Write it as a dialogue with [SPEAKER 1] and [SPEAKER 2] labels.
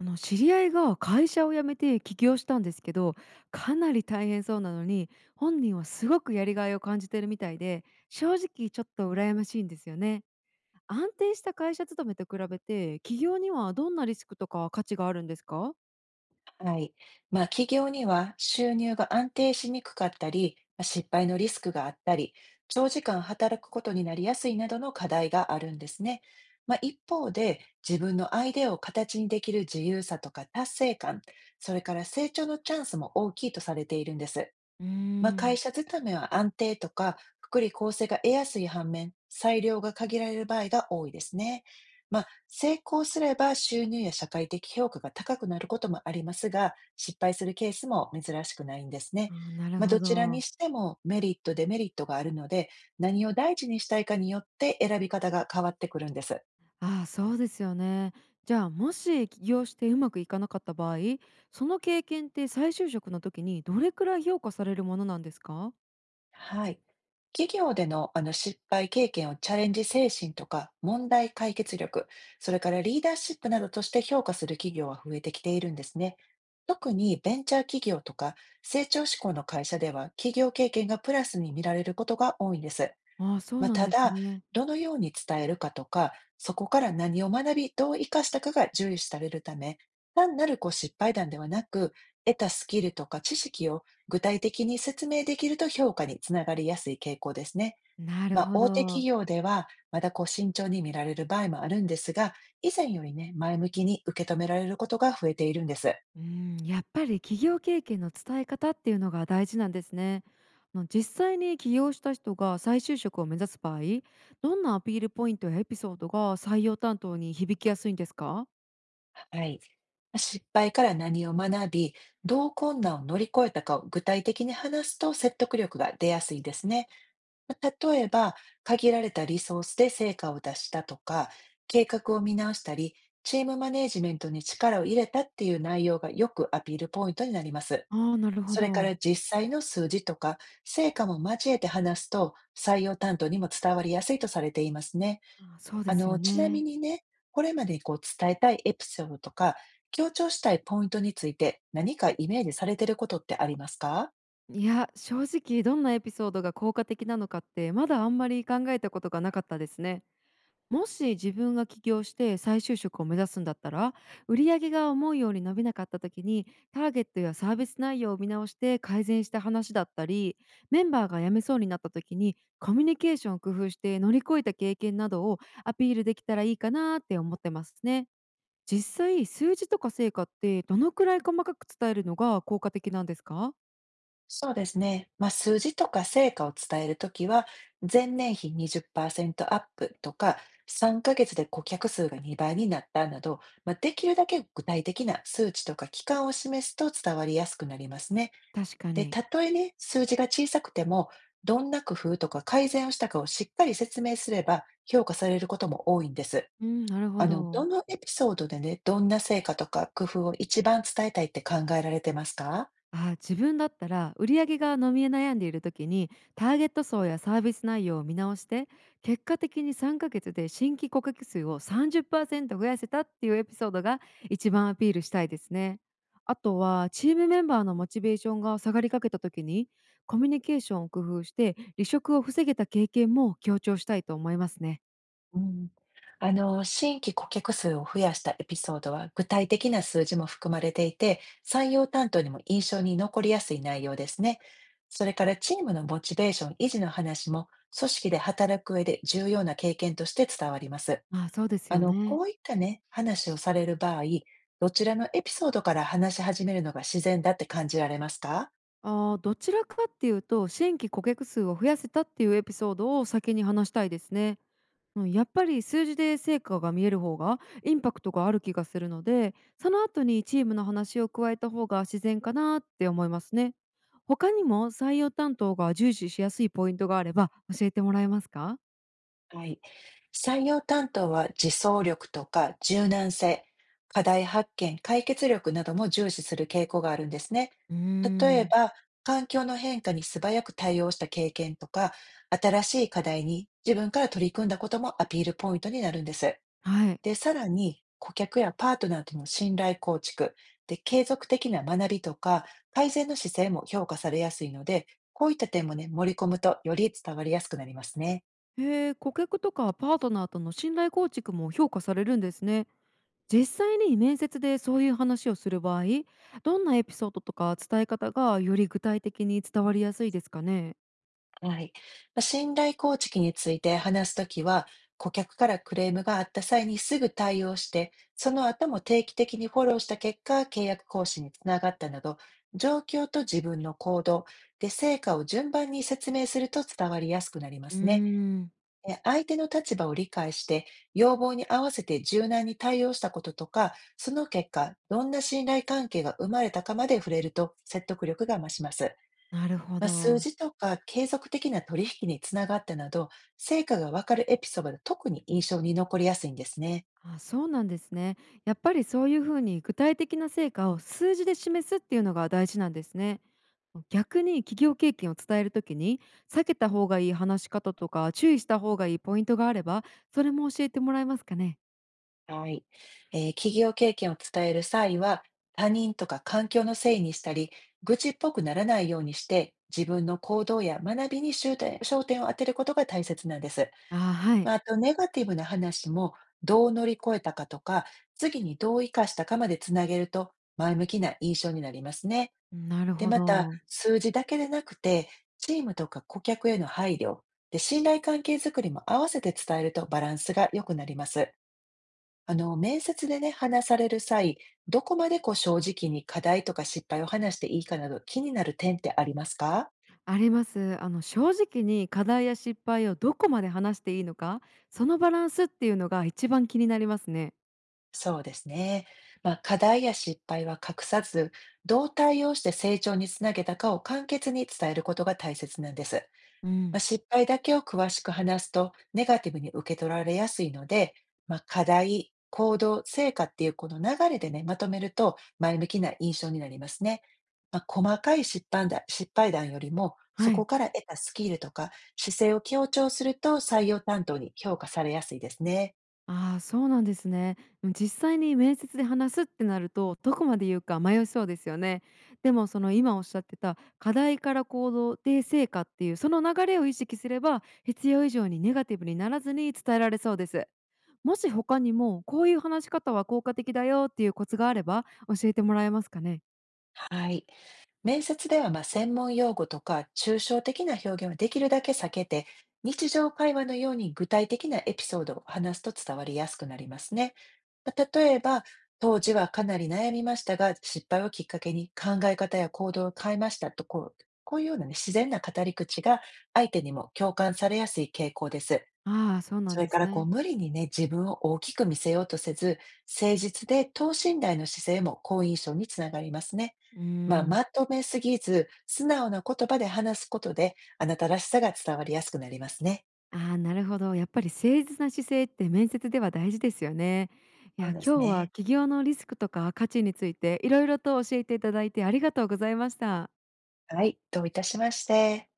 [SPEAKER 1] 知り合いが会社を辞めて起業したんですけど、かなり大変そうなのに本人はすごくやりがいを感じてるみたいで、正直ちょっと羨ましいんですよね。安定した会社勤めと比べて起業にはどんなリスクとか価値があるんですか？
[SPEAKER 2] はい。まあ、企業には収入が安定しにくかったり、まあ失敗のリスクがあったり、長時間働くことになりやすいなどの課題があるんですね。まあ、一方で、自分のアイデアを形にできる自由さとか達成感、それから成長のチャンスも大きいとされているんです。
[SPEAKER 1] うー
[SPEAKER 2] まあ、会
[SPEAKER 1] ん、
[SPEAKER 2] 社勤めは安定とか、福利厚生が得やすい反面、裁量が限られる場合が多いですね。まあ、成功すれば収入や社会的評価が高くなることもありますが、失敗するケースも珍しくないんですね。
[SPEAKER 1] あーなる
[SPEAKER 2] まあ、
[SPEAKER 1] ほ
[SPEAKER 2] どちらに
[SPEAKER 1] ど。
[SPEAKER 2] してもメリット、デメリットがあるので、何を大事にしたいかによって選び方が変わってくるんです。
[SPEAKER 1] ああそうですよね。じゃあもし起業してうまくいかなかった場合、その経験って再就職の時にどれくらい評価されるものなんですか？
[SPEAKER 2] はい。企業でのあの失敗経験をチャレンジ精神とか問題解決力、それからリーダーシップなどとして評価する企業は増えてきているんですね。特にベンチャー企業とか成長志向の会社では企業経験がプラスに見られることが多いんです。
[SPEAKER 1] ああーそう
[SPEAKER 2] まあ、
[SPEAKER 1] なん
[SPEAKER 2] た
[SPEAKER 1] です
[SPEAKER 2] だ、
[SPEAKER 1] ね。
[SPEAKER 2] どのように伝えるかとか、そこから何を学び、どう生かしたかが重視されるため、単なるこう失敗談ではなく、得たスキルとか知識を具体的に説明できると評価につながりやすい傾向ですね。
[SPEAKER 1] なる
[SPEAKER 2] まあ、
[SPEAKER 1] ほ
[SPEAKER 2] 大手企
[SPEAKER 1] ど。
[SPEAKER 2] 業では、まだこう慎重に見られる場合もあるんですが、以前よりね、前向きに受け止められることが増えているんです。
[SPEAKER 1] うん、やっぱり企業経験の伝え方っていうのが大事なんですね。実際に起業した人が再就職を目指す場合、どんなアピールポイントやエピソードが採用担当に響きやすいんですか？
[SPEAKER 2] はい。失敗から何を学び、どう困難を乗り越えたかを具体的に話すと説得力が出やすいですね。例えば、限られたリソースで成果を出したとか、計画を見直したり、チームマネジメントに力を入れたっていう内容がよくアピールポイントになります。
[SPEAKER 1] ああー、なるほ
[SPEAKER 2] それか
[SPEAKER 1] ど。
[SPEAKER 2] ら実際の数字とか成果も交えて話すと採用担当にも伝わりやすいとされていますね。
[SPEAKER 1] あーそうですよ
[SPEAKER 2] ちなみ
[SPEAKER 1] ね。
[SPEAKER 2] にね、これまでこう伝えたいエピソードとか、強調したいポイントについて何かイメージされてることってありますか？
[SPEAKER 1] いや、正直どんなエピソードが効果的なのかってまだあんまり考えたことがなかったですね。もし自分が起業して再就職を目指すんだったら、売上が思うように伸びなかった時にターゲットやサービス内容を見直して改善した話だったり、メンバーが辞めそうになった時にコミュニケーションを工夫して乗り越えた経験などをアピールできたらいいかなって思ってますね。実際数字とか成果ってどのくらい細かく伝えるのが効果的なんですか？
[SPEAKER 2] そうですね。まあ、数字とか成果を伝えるときは、前年比20%アップとか、3ヶ月で顧客数が2倍になったなど、まあ、できるだけ具体的な数値とか期間を示すと伝わりやすくなりますね。
[SPEAKER 1] 確か
[SPEAKER 2] で、
[SPEAKER 1] に。
[SPEAKER 2] たとえね、数字が小さくても、どんな工夫とか改善をしたかをしっかり説明すれば、評価されることも多いんです。
[SPEAKER 1] うん、なるほ
[SPEAKER 2] ど
[SPEAKER 1] ど。
[SPEAKER 2] のエピソードでね、どんな成果とか工夫を一番伝えたいって考えられてますか？
[SPEAKER 1] あー自分だったら売り上げが伸び悩んでいる時にターゲット層やサービス内容を見直して、結果的に3ヶ月で新規顧客数を30%増やせたっていうエピソードが一番アピールしたいですね。あとはチームメンバーのモチベーションが下がりかけた時にコミュニケーションを工夫して離職を防げた経験も強調したいと思いますね。
[SPEAKER 2] うん。新規顧客数を増やしたエピソードは、具体的な数字も含まれていて、採用担当にも印象に残りやすい内容ですね。それからチームのモチベーション維持の話も、組織で働く上で重要な経験として伝わります。
[SPEAKER 1] あーそうですよね。
[SPEAKER 2] こういったね、話をされる場合、どちらのエピソードから話し始めるのが自然だって感じられますか？
[SPEAKER 1] ああ、どちらかっていうと新規顧客数を増やせたっていうエピソードを先に話したいですね。うん、やっぱり数字で成果が見える方がインパクトがある気がするので、その後にチームの話を加えた方が自然かなって思いますね。他にも採用担当が重視しやすいポイントがあれば教えてもらえますか？
[SPEAKER 2] はい。採用担当は自走力とか柔軟性、課題発見、解決力なども重視する傾向があるんですね。
[SPEAKER 1] うー
[SPEAKER 2] 例え
[SPEAKER 1] ん。
[SPEAKER 2] ば、環境の変化に素早く対応した経験とか、新しい課題に自分から取り組んだこともアピールポイントになるんです。
[SPEAKER 1] はい。
[SPEAKER 2] で、さらに、顧客やパートナーとの信頼構築、で、継続的な学びとか、改善の姿勢も評価されやすいので、こういった点もね、盛り込むとより伝わりやすくなりますね。
[SPEAKER 1] へえ、顧客とかパートナーとの信頼構築も評価されるんですね。実際に面接でそういう話をする場合、どんなエピソードとか伝え方がより具体的に伝わりやすいですかね。
[SPEAKER 2] はい。まあ信頼構築について話すときは、顧客からクレームがあった際にすぐ対応して、その後も定期的にフォローした結果、契約更新につながったなど、状況と自分の行動で成果を順番に説明すると伝わりやすくなりま
[SPEAKER 1] うー
[SPEAKER 2] すね。
[SPEAKER 1] ん、
[SPEAKER 2] 相手の立場を理解して、要望に合わせて柔軟に対応したこととか、その結果、どんな信頼関係が生まれたかまで触れると説得力が増します。
[SPEAKER 1] なるほ
[SPEAKER 2] まあ、数
[SPEAKER 1] ど。
[SPEAKER 2] 字とか継続的な取引につながったなど、成果がわかるエピソードは特に印象に残りやすいんですね。
[SPEAKER 1] あ、そうなんですね。やっぱりそういうふうに具体的な成果を数字で示すっていうのが大事なんですね。逆に企業経験を伝えるときに避けた方がいい話し方とか注意した方がいいポイントがあれば、それも教えてもらえますかね？
[SPEAKER 2] はい。企業経験を伝える際は、他人とか環境のせいにしたり、愚痴っぽくならないようにして、自分の行動や学びに焦点を当てることが大切なんです。
[SPEAKER 1] あ、はい。
[SPEAKER 2] まあ、あと、ネガティブな話も、どう乗り越えたかとか、次にどう生かしたかまでつなげると、前向きな印象になりますね。
[SPEAKER 1] なる
[SPEAKER 2] で、
[SPEAKER 1] ほ
[SPEAKER 2] また、
[SPEAKER 1] ど。
[SPEAKER 2] 数字だけでなくて、チームとか顧客への配慮、で、信頼関係づくりも合わせて伝えるとバランスが良くなります。面接でね、話される際、どこまでこう正直に課題とか失敗を話していいかなど気になる点ってありますか？
[SPEAKER 1] あります。正直に課題や失敗をどこまで話していいのか、そのバランスっていうのが一番気になりますね。
[SPEAKER 2] そうですね。まあ、課題や失敗は隠さず、どう対応して成長につなげたかを簡潔に伝えることが大切なんです。
[SPEAKER 1] う
[SPEAKER 2] まあ、
[SPEAKER 1] ん。
[SPEAKER 2] 失敗だけを詳しく話すとネガティブに受け取られやすいので、まあ、課題、行動、成果っていうこの流れでね、まとめると前向きな印象になりますね。まあ、細かい失敗談よりも、そ
[SPEAKER 1] は
[SPEAKER 2] こ
[SPEAKER 1] い。
[SPEAKER 2] から得たスキルとか姿勢を強調すると採用担当に評価されやすいですね。
[SPEAKER 1] ああ、そうなんですね。うん、実際に面接で話すってなると、どこまで言うか迷いそうですよね。でも、今おっしゃってた課題から行動で成果っていうその流れを意識すれば、必要以上にネガティブにならずに伝えられそうです。もし他にもこういう話し方は効果的だよっていうコツがあれば、教えてもらえますかね。
[SPEAKER 2] はい。面接ではまあ専門用語とか抽象的な表現はできるだけ避けて、日常会話のように具体的なエピソードを話すと伝わりやすくなりますね。まあ例えば、当時はかなり悩みましたが、失敗をきっかけに考え方や行動を変えましたとこう、こういうような、ね、自然な語り口が相手にも共感されやすい傾向です。
[SPEAKER 1] ああー、そうな
[SPEAKER 2] そ
[SPEAKER 1] ん
[SPEAKER 2] れ
[SPEAKER 1] で
[SPEAKER 2] か
[SPEAKER 1] す
[SPEAKER 2] らこう
[SPEAKER 1] ね。
[SPEAKER 2] 無理にね、自分を大きく見せようとせず、誠実で等身大の姿勢も好印象につながりますね。
[SPEAKER 1] うー
[SPEAKER 2] まあ、ま
[SPEAKER 1] ん。
[SPEAKER 2] とめすぎず、素直な言葉で話すことで、あなたらしさが伝わりやすくなりますね。
[SPEAKER 1] ああ、なるほど。やっぱり誠実な姿勢って面接では大事ですよね。い
[SPEAKER 2] そ
[SPEAKER 1] や、
[SPEAKER 2] うです
[SPEAKER 1] 今日は
[SPEAKER 2] ね。
[SPEAKER 1] 企業のリスクとか価値についていろいろと教えていただいてありがとうございました。
[SPEAKER 2] はい、どういたしまして。